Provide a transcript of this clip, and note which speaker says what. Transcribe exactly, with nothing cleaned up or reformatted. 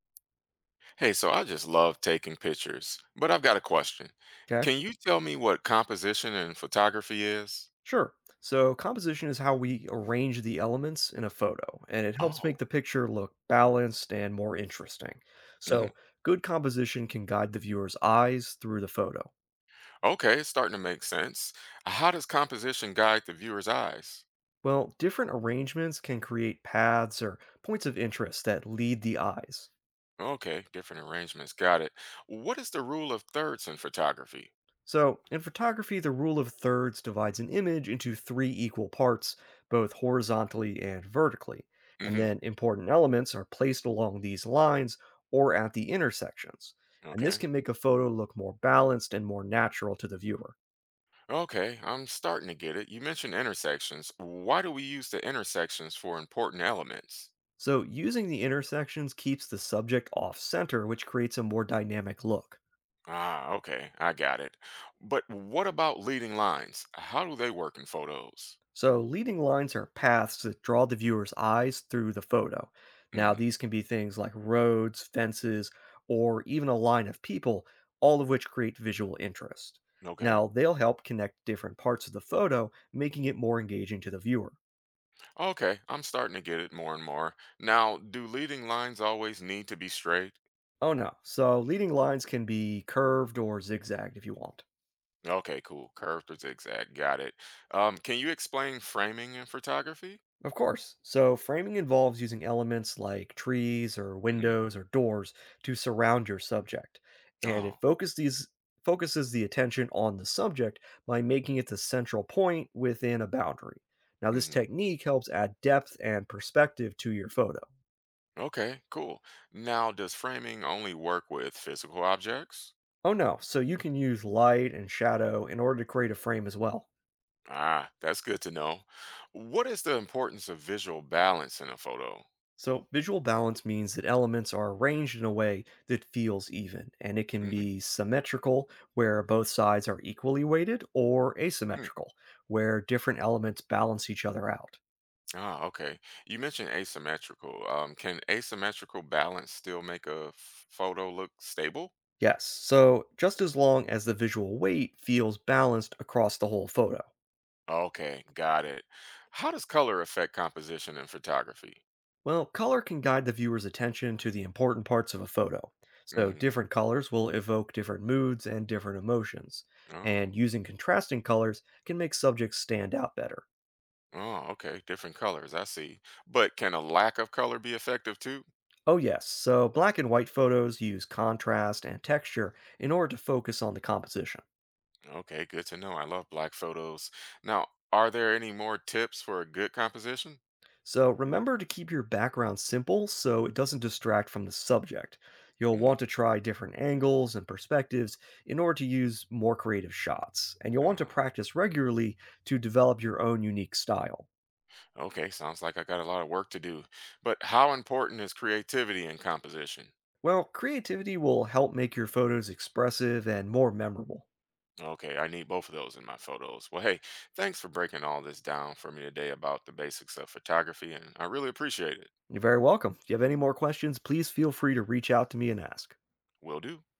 Speaker 1: Hey, so I just love taking pictures, but I've got a question.
Speaker 2: Okay,
Speaker 1: Can you tell me what composition in photography is?
Speaker 2: sure. So, composition is how we arrange the elements in a photo, and it helps make
Speaker 1: Oh,
Speaker 2: the picture look balanced and more interesting.
Speaker 1: hmm,
Speaker 2: So, good composition can guide the viewer's eyes through the photo.
Speaker 1: okay, it's starting to make sense. How does composition guide the viewer's eyes?
Speaker 2: Well, different arrangements can create paths or points of interest that lead the eyes.
Speaker 1: Okay, different arrangements, got it. What is the rule of thirds in photography?
Speaker 2: So, in photography, the rule of thirds divides an image into three equal parts, both horizontally and vertically. And
Speaker 1: Hmm.
Speaker 2: then important elements are placed along these lines or at the intersections. And this
Speaker 1: Okay,
Speaker 2: can make a photo look more balanced and more natural to the viewer.
Speaker 1: okay, I'm starting to get it. You mentioned intersections. Why do we use the intersections for important elements?
Speaker 2: So, using the intersections keeps the subject off center, which creates a more dynamic look.
Speaker 1: Ah, okay, I got it. But what about leading lines? How do they work in photos?
Speaker 2: So, leading lines are paths that draw the viewer's eyes through the photo. Now,
Speaker 1: Hmm.
Speaker 2: these can be things like roads, fences, or even a line of people, all of which create visual interest.
Speaker 1: Okay.
Speaker 2: Now, they'll help connect different parts of the photo, making it more engaging to the viewer.
Speaker 1: Okay, I'm starting to get it more and more. Now, do leading lines always need to be straight?
Speaker 2: Oh no, so leading lines can be curved or zigzagged if you want.
Speaker 1: Okay, cool. Curved or zigzag. Got it. Um, can you explain framing in photography?
Speaker 2: Of course. So, framing involves using elements like trees or
Speaker 1: Hmm.
Speaker 2: windows or doors to surround your subject, and it
Speaker 1: Oh,
Speaker 2: focuses these focuses the attention on the subject by making it the central point within a boundary. Now, this
Speaker 1: hmm.
Speaker 2: technique helps add depth and perspective to your photo.
Speaker 1: Okay, cool. Now, does framing only work with physical objects?
Speaker 2: Oh no, so you can use light and shadow in order to create a frame as well.
Speaker 1: Ah, that's good to know. What is the importance of visual balance in a photo?
Speaker 2: So, visual balance means that elements are arranged in a way that feels even, and it can
Speaker 1: Mm-hmm,
Speaker 2: be symmetrical, where both sides are equally weighted, or
Speaker 1: hmm.
Speaker 2: asymmetrical, where different elements balance each other out.
Speaker 1: Ah, okay. You mentioned asymmetrical. Um, can asymmetrical balance still make a f- photo look stable?
Speaker 2: Yes, so just as long as the visual weight feels balanced across the whole photo.
Speaker 1: Okay, got it. How does color affect composition in photography?
Speaker 2: Well, color can guide the viewer's attention to the important parts of a photo. So,
Speaker 1: Hmm.
Speaker 2: different colors will evoke different moods and different emotions,
Speaker 1: Oh,
Speaker 2: and using contrasting colors can make subjects stand out better.
Speaker 1: oh, okay. Different colors. I see. But can a lack of color be effective too?
Speaker 2: Oh, yes. So black and white photos use contrast and texture in order to focus on the composition.
Speaker 1: Okay, good to know. I love black photos. Now, are there any more tips for a good composition?
Speaker 2: So remember to keep your background simple so it doesn't distract from the subject. You'll want
Speaker 1: Hmm.
Speaker 2: to try different angles and perspectives in order to use more creative shots, and you'll want to
Speaker 1: Oh,
Speaker 2: practice regularly to develop your own unique style.
Speaker 1: okay, sounds like I got a lot of work to do. But how important is creativity in composition?
Speaker 2: Well, creativity will help make your photos expressive and more memorable.
Speaker 1: Okay, I need both of those in my photos. Well, hey, thanks for breaking all this down for me today about the basics of photography, and I really appreciate it.
Speaker 2: You're very welcome. If you have any more questions, please feel free to reach out to me and ask.
Speaker 1: Will do.